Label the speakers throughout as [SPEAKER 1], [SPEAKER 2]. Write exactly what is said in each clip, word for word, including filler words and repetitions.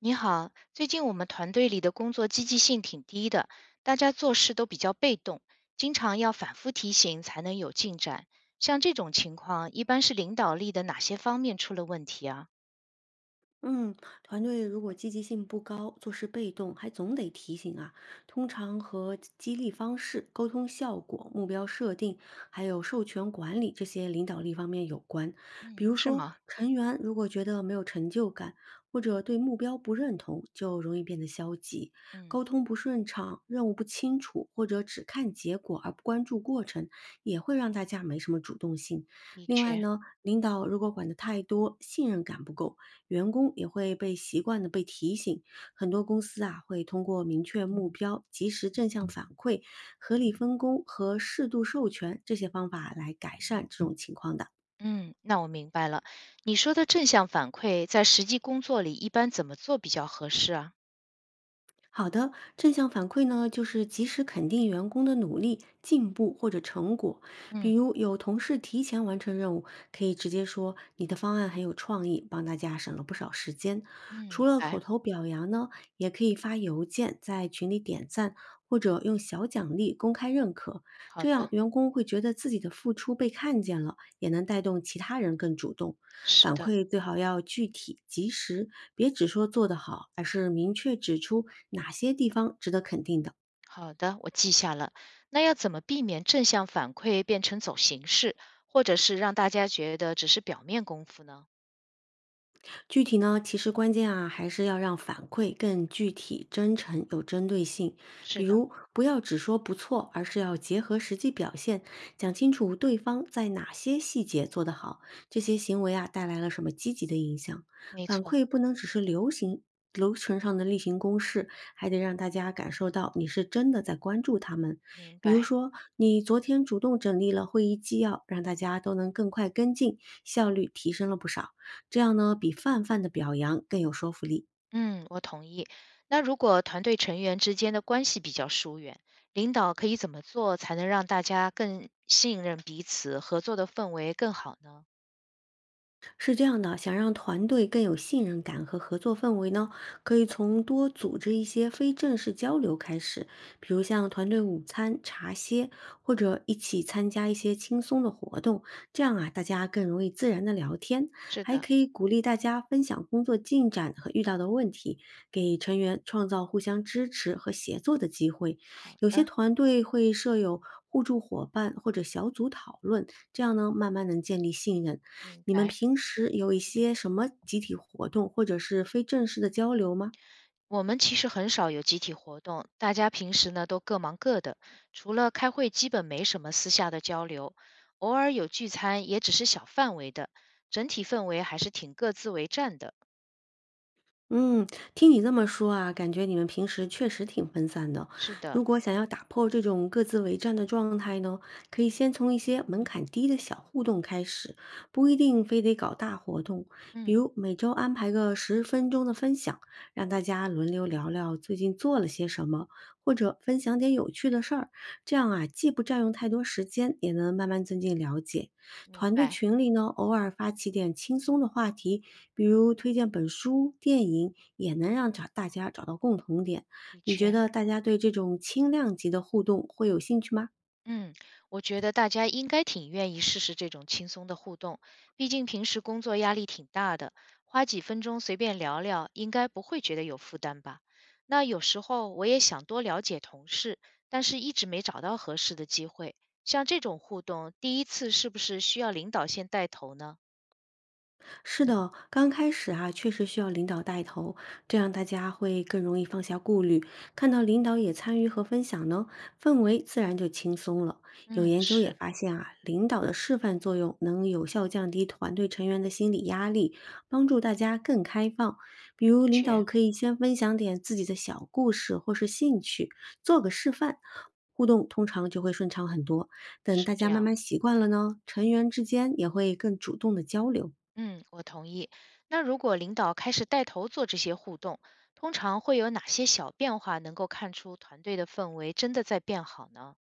[SPEAKER 1] 你好，最近我们团队里的工作积极性挺低的，大家做事都比较被动，经常要反复提醒才能有进展。像这种情况，一般是领导力的哪些方面出了问题啊？
[SPEAKER 2] 嗯，团队如果积极性不高，做事被动，还总得提醒啊。通常和激励方式、沟通效果、目标设定，还有授权管理这些领导力方面有关。比
[SPEAKER 1] 嗯，
[SPEAKER 2] 如
[SPEAKER 1] 是
[SPEAKER 2] 说，
[SPEAKER 1] 吗？
[SPEAKER 2] 成员如果觉得没有成就感，或者对目标不认同，就容易变得消极，沟
[SPEAKER 1] 嗯
[SPEAKER 2] 通不顺畅，任务不清楚，或者只看结果而不关注过程，也会让大家没什么主动性。
[SPEAKER 1] 的
[SPEAKER 2] 另外
[SPEAKER 1] 确，
[SPEAKER 2] 呢，领导如果管得太多，信任感不够。员工也会被习惯的被提醒。很多公司啊，会通过明确目标、及时正向反馈、合理分工和适度授权这些方法来改善这种情况的。
[SPEAKER 1] 嗯，那我明白了。你说的正向反馈，在实际工作里一般怎么做比较合适啊？
[SPEAKER 2] 好的，正向反馈呢，就是及时肯定员工的努力、进步或者成果。
[SPEAKER 1] 嗯。
[SPEAKER 2] 比如有同事提前完成任务，可以直接说你的方案很有创意，帮大家省了不少时间。
[SPEAKER 1] 嗯，
[SPEAKER 2] 除
[SPEAKER 1] 明
[SPEAKER 2] 了
[SPEAKER 1] 白。
[SPEAKER 2] 口
[SPEAKER 1] 哎，
[SPEAKER 2] 头表扬呢，也可以发邮件在群里点赞，或者用小奖励公开认可。
[SPEAKER 1] 好
[SPEAKER 2] 这样
[SPEAKER 1] 的。
[SPEAKER 2] 员工会觉得自己的付出被看见了，也能带动其他人更主动。
[SPEAKER 1] 是
[SPEAKER 2] 反
[SPEAKER 1] 的。
[SPEAKER 2] 馈最好要具体及时，别只说做得好，而是明确指出哪些地方值得肯定的。
[SPEAKER 1] 好的，我记下了。那要怎么避免正向反馈变成走形式，或者是让大家觉得只是表面功夫呢？
[SPEAKER 2] 具体呢，其实关键啊，还是要让反馈更具体、真诚、有针对性。
[SPEAKER 1] 是
[SPEAKER 2] 比
[SPEAKER 1] 的。
[SPEAKER 2] 如，不要只说不错，而是要结合实际表现，讲清楚对方在哪些细节做得好，这些行为啊带来了什么积极的影响。
[SPEAKER 1] 没
[SPEAKER 2] 反
[SPEAKER 1] 错。
[SPEAKER 2] 馈不能只是流行流程上的例行公事，还得让大家感受到你是真的在关注他们。
[SPEAKER 1] 明
[SPEAKER 2] 比如
[SPEAKER 1] 白。
[SPEAKER 2] 说，你昨天主动整理了会议纪要，让大家都能更快跟进，效率提升了不少。这样呢，比泛泛的表扬更有说服力。
[SPEAKER 1] 嗯，我同意。那如果团队成员之间的关系比较疏远，领导可以怎么做才能让大家更信任彼此，合作的氛围更好呢？
[SPEAKER 2] 是这样的，想让团队更有信任感和合作氛围呢，可以从多组织一些非正式交流开始，比如像团队午餐、茶歇，或者一起参加一些轻松的活动，这样啊，大家更容易自然的聊天，
[SPEAKER 1] 是
[SPEAKER 2] 还
[SPEAKER 1] 的。
[SPEAKER 2] 可以鼓励大家分享工作进展和遇到的问题，给成员创造互相支持和协作的机会。
[SPEAKER 1] 好
[SPEAKER 2] 有些
[SPEAKER 1] 的。
[SPEAKER 2] 团队会设有互助伙伴或者小组讨论，这样呢，慢慢能建立信任。
[SPEAKER 1] 明
[SPEAKER 2] 你们
[SPEAKER 1] 白。
[SPEAKER 2] 平时有一些什么集体活动，或者是非正式的交流吗？
[SPEAKER 1] 我们其实很少有集体活动，大家平时呢都各忙各的，除了开会，基本没什么私下的交流，偶尔有聚餐，也只是小范围的，整体氛围还是挺各自为战的。
[SPEAKER 2] 嗯，听你这么说啊，感觉你们平时确实挺分散的。
[SPEAKER 1] 是的。
[SPEAKER 2] 如果想要打破这种各自为战的状态呢，可以先从一些门槛低的小互动开始，不一定非得搞大活动。比
[SPEAKER 1] 嗯。
[SPEAKER 2] 如每周安排个十分钟的分享，让大家轮流聊聊最近做了些什么，或者分享点有趣的事儿。这样啊，既不占用太多时间，也能慢慢增进了解。
[SPEAKER 1] 明
[SPEAKER 2] 团队
[SPEAKER 1] 白。
[SPEAKER 2] 群里呢，偶尔发起点轻松的话题，比如推荐本书、电影，也能让找大家找到共同点。
[SPEAKER 1] 的
[SPEAKER 2] 你觉
[SPEAKER 1] 确。
[SPEAKER 2] 得大家对这种轻量级的互动会有兴趣吗？
[SPEAKER 1] 嗯，我觉得大家应该挺愿意试试这种轻松的互动，毕竟平时工作压力挺大的，花几分钟随便聊聊，应该不会觉得有负担吧？那有时候我也想多了解同事，但是一直没找到合适的机会。像这种互动，第一次是不是需要领导先带头呢？
[SPEAKER 2] 是的，刚开始啊，确实需要领导带头，这样大家会更容易放下顾虑。看到领导也参与和分享呢，氛围自然就轻松了。有
[SPEAKER 1] 嗯，
[SPEAKER 2] 研究也
[SPEAKER 1] 是。
[SPEAKER 2] 发现啊，领导的示范作用能有效降低团队成员的心理压力，帮助大家更开放。比
[SPEAKER 1] 的
[SPEAKER 2] 如，领
[SPEAKER 1] 确
[SPEAKER 2] 导可以先分享点自己的小故事或是兴趣，做个示范。互动通常就会顺畅很多。等大
[SPEAKER 1] 是
[SPEAKER 2] 家
[SPEAKER 1] 这
[SPEAKER 2] 慢
[SPEAKER 1] 样。
[SPEAKER 2] 慢习惯了呢，成员之间也会更主动的交流。
[SPEAKER 1] 嗯，我同意。那如果领导开始带头做这些互动，通常会有哪些小变化能够看出团队的氛围真的在变好呢？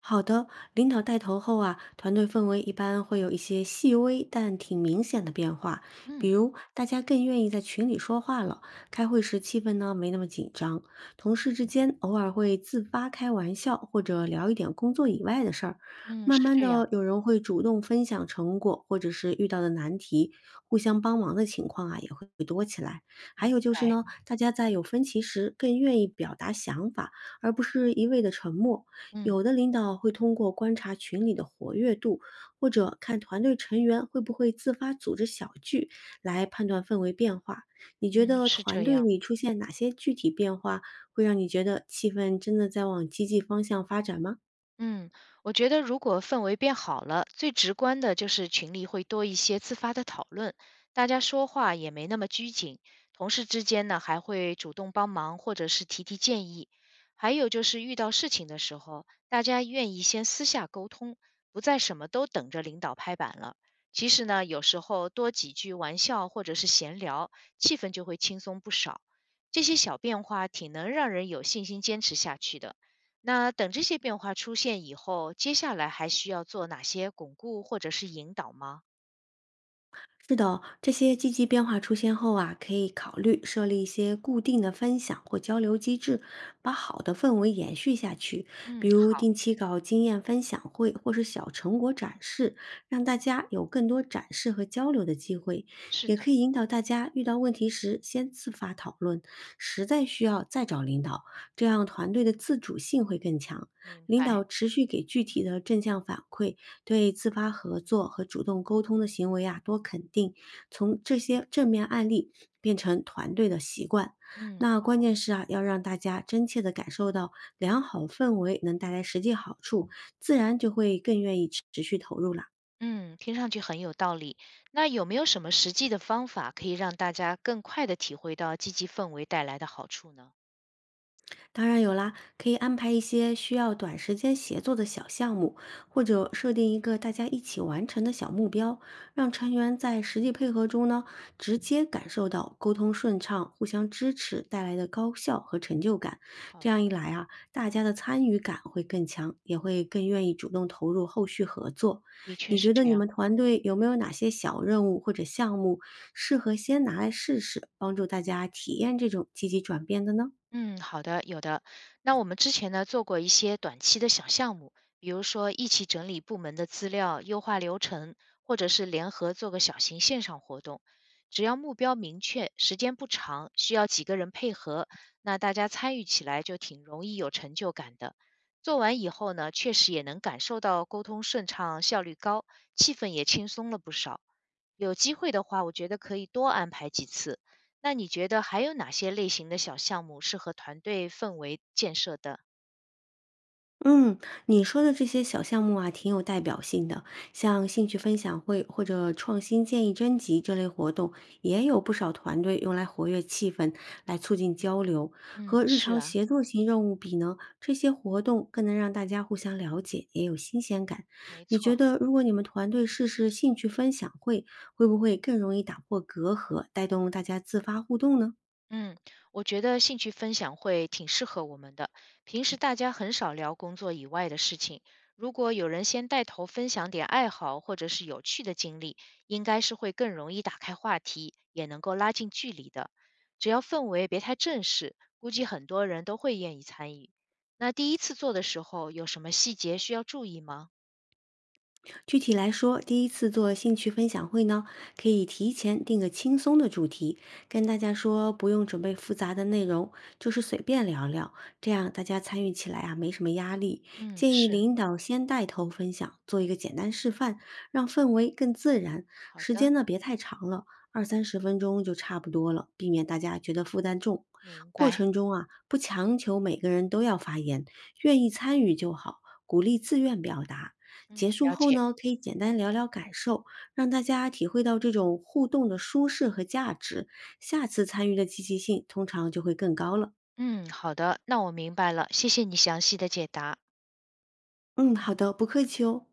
[SPEAKER 2] 好的，领导带头后啊，团队氛围一般会有一些细微但挺明显的变化，比
[SPEAKER 1] 嗯。
[SPEAKER 2] 如大家更愿意在群里说话了，开会时气氛呢没那么紧张，同事之间偶尔会自发开玩笑或者聊一点工作以外的事儿，
[SPEAKER 1] 嗯，
[SPEAKER 2] 慢
[SPEAKER 1] 是
[SPEAKER 2] 慢
[SPEAKER 1] 这样。
[SPEAKER 2] 的有人会主动分享成果或者是遇到的难题，互相帮忙的情况啊还
[SPEAKER 1] 明
[SPEAKER 2] 有就是
[SPEAKER 1] 白
[SPEAKER 2] 呢，大家在有分歧时更愿意表达想法，而不是一味的沉默。
[SPEAKER 1] 嗯
[SPEAKER 2] 有的领导会通过观察群里的活跃度，或者看团队成员会不会自发组织小聚，来判断氛围变化。你觉
[SPEAKER 1] 嗯，
[SPEAKER 2] 得
[SPEAKER 1] 是
[SPEAKER 2] 团
[SPEAKER 1] 这
[SPEAKER 2] 队
[SPEAKER 1] 样。
[SPEAKER 2] 里出现哪些具体变化，会让你觉得气氛真的在往积极方向发展吗？
[SPEAKER 1] 嗯，我觉得如果氛围变好了，最直观的就是群里会多一些自发的讨论，大家说话也没那么拘谨，同事之间呢还会主动帮忙或者是提提建议，还有就是遇到事情的时候，大家愿意先私下沟通，不再什么都等着领导拍板了。其实呢，有时候多几句玩笑或者是闲聊，气氛就会轻松不少。这些小变化挺能让人有信心坚持下去的。那等这些变化出现以后，接下来还需要做哪些巩固或者是引导吗？
[SPEAKER 2] 是的，这些积极变化出现后啊，可以考虑设立一些固定的分享或交流机制，把好的氛围延续下去。比
[SPEAKER 1] 嗯，
[SPEAKER 2] 如
[SPEAKER 1] 好。
[SPEAKER 2] 定期搞经验分享会或是小成果展示，让大家有更多展示和交流的机会。
[SPEAKER 1] 是
[SPEAKER 2] 也
[SPEAKER 1] 的。
[SPEAKER 2] 可以引导大家遇到问题时先自发讨论，实在需要再找领导，这样团队的自主性会更强。
[SPEAKER 1] 明
[SPEAKER 2] 领
[SPEAKER 1] 白。
[SPEAKER 2] 导持续给具体的正向反馈，对自发合作和主动沟通的行为啊多肯定，从这些正面案例变成团队的习惯。
[SPEAKER 1] 嗯
[SPEAKER 2] 那关键是啊，要让大家真切的感受到良好氛围能带来实际好处，自然就会更愿意持持续投入了。
[SPEAKER 1] 嗯，听上去很有道理。那有没有什么实际的方法可以让大家更快的体会到积极氛围带来的好处呢？
[SPEAKER 2] 当然有啦，可以安排一些需要短时间协作的小项目，或者设定一个大家一起完成的小目标，让成员在实际配合中呢，直接感受到沟通顺畅、互相支持带来的高效和成就感。这
[SPEAKER 1] 好。
[SPEAKER 2] 样一来啊，大家的参与感会更强，也会更愿意主动投入后续合作。
[SPEAKER 1] 的确
[SPEAKER 2] 你
[SPEAKER 1] 是
[SPEAKER 2] 觉得
[SPEAKER 1] 这
[SPEAKER 2] 你们
[SPEAKER 1] 样。
[SPEAKER 2] 团队有没有哪些小任务或者项目适合先拿来试试，帮助大家体验这种积极转变的呢？
[SPEAKER 1] 嗯，好的，有的。那我们之前呢做过一些短期的小项目，比如说一起整理部门的资料、优化流程，或者是联合做个小型线上活动。只要目标明确，时间不长，需要几个人配合，那大家参与起来就挺容易有成就感的。做完以后呢，确实也能感受到沟通顺畅、效率高，气氛也轻松了不少。有机会的话，我觉得可以多安排几次。那你觉得还有哪些类型的小项目适合团队氛围建设的？
[SPEAKER 2] 嗯，你说的这些小项目啊，挺有代表性的，像兴趣分享会或者创新建议征集这类活动，也有不少团队用来活跃气氛，来促进交流。
[SPEAKER 1] 嗯，
[SPEAKER 2] 和日
[SPEAKER 1] 是
[SPEAKER 2] 常
[SPEAKER 1] 啊。
[SPEAKER 2] 协作型任务比呢，这些活动更能让大家互相了解，也有新鲜感。
[SPEAKER 1] 没
[SPEAKER 2] 你觉
[SPEAKER 1] 错。
[SPEAKER 2] 得，如果你们团队试试兴趣分享会，会不会更容易打破隔阂，带动大家自发互动呢？
[SPEAKER 1] 嗯，我觉得兴趣分享会挺适合我们的。平时大家很少聊工作以外的事情，如果有人先带头分享点爱好或者是有趣的经历，应该是会更容易打开话题，也能够拉近距离的。只要氛围别太正式，估计很多人都会愿意参与。那第一次做的时候，有什么细节需要注意吗？
[SPEAKER 2] 具体来说，第一次做兴趣分享会呢，可以提前定个轻松的主题，跟大家说不用准备复杂的内容，就是随便聊聊，这样大家参与起来啊没什么压力。
[SPEAKER 1] 嗯，
[SPEAKER 2] 建议
[SPEAKER 1] 是。
[SPEAKER 2] 领导先带头分享，做一个简单示范，让氛围更自然。
[SPEAKER 1] 好
[SPEAKER 2] 时
[SPEAKER 1] 的。
[SPEAKER 2] 间呢别太长了，二三十分钟就差不多了，避免大家觉得负担重。
[SPEAKER 1] 明
[SPEAKER 2] 过
[SPEAKER 1] 白。
[SPEAKER 2] 程中啊，不强求每个人都要发言，愿意参与就好，鼓励自愿表达。结
[SPEAKER 1] 嗯，
[SPEAKER 2] 束
[SPEAKER 1] 了
[SPEAKER 2] 后
[SPEAKER 1] 解。
[SPEAKER 2] 呢，可以简单聊聊感受，让大家体会到这种互动的舒适和价值，下次参与的积极性通常就会更高了。
[SPEAKER 1] 嗯，好的，那我明白了，谢谢你详细的解答。
[SPEAKER 2] 嗯，好的，不客气哦。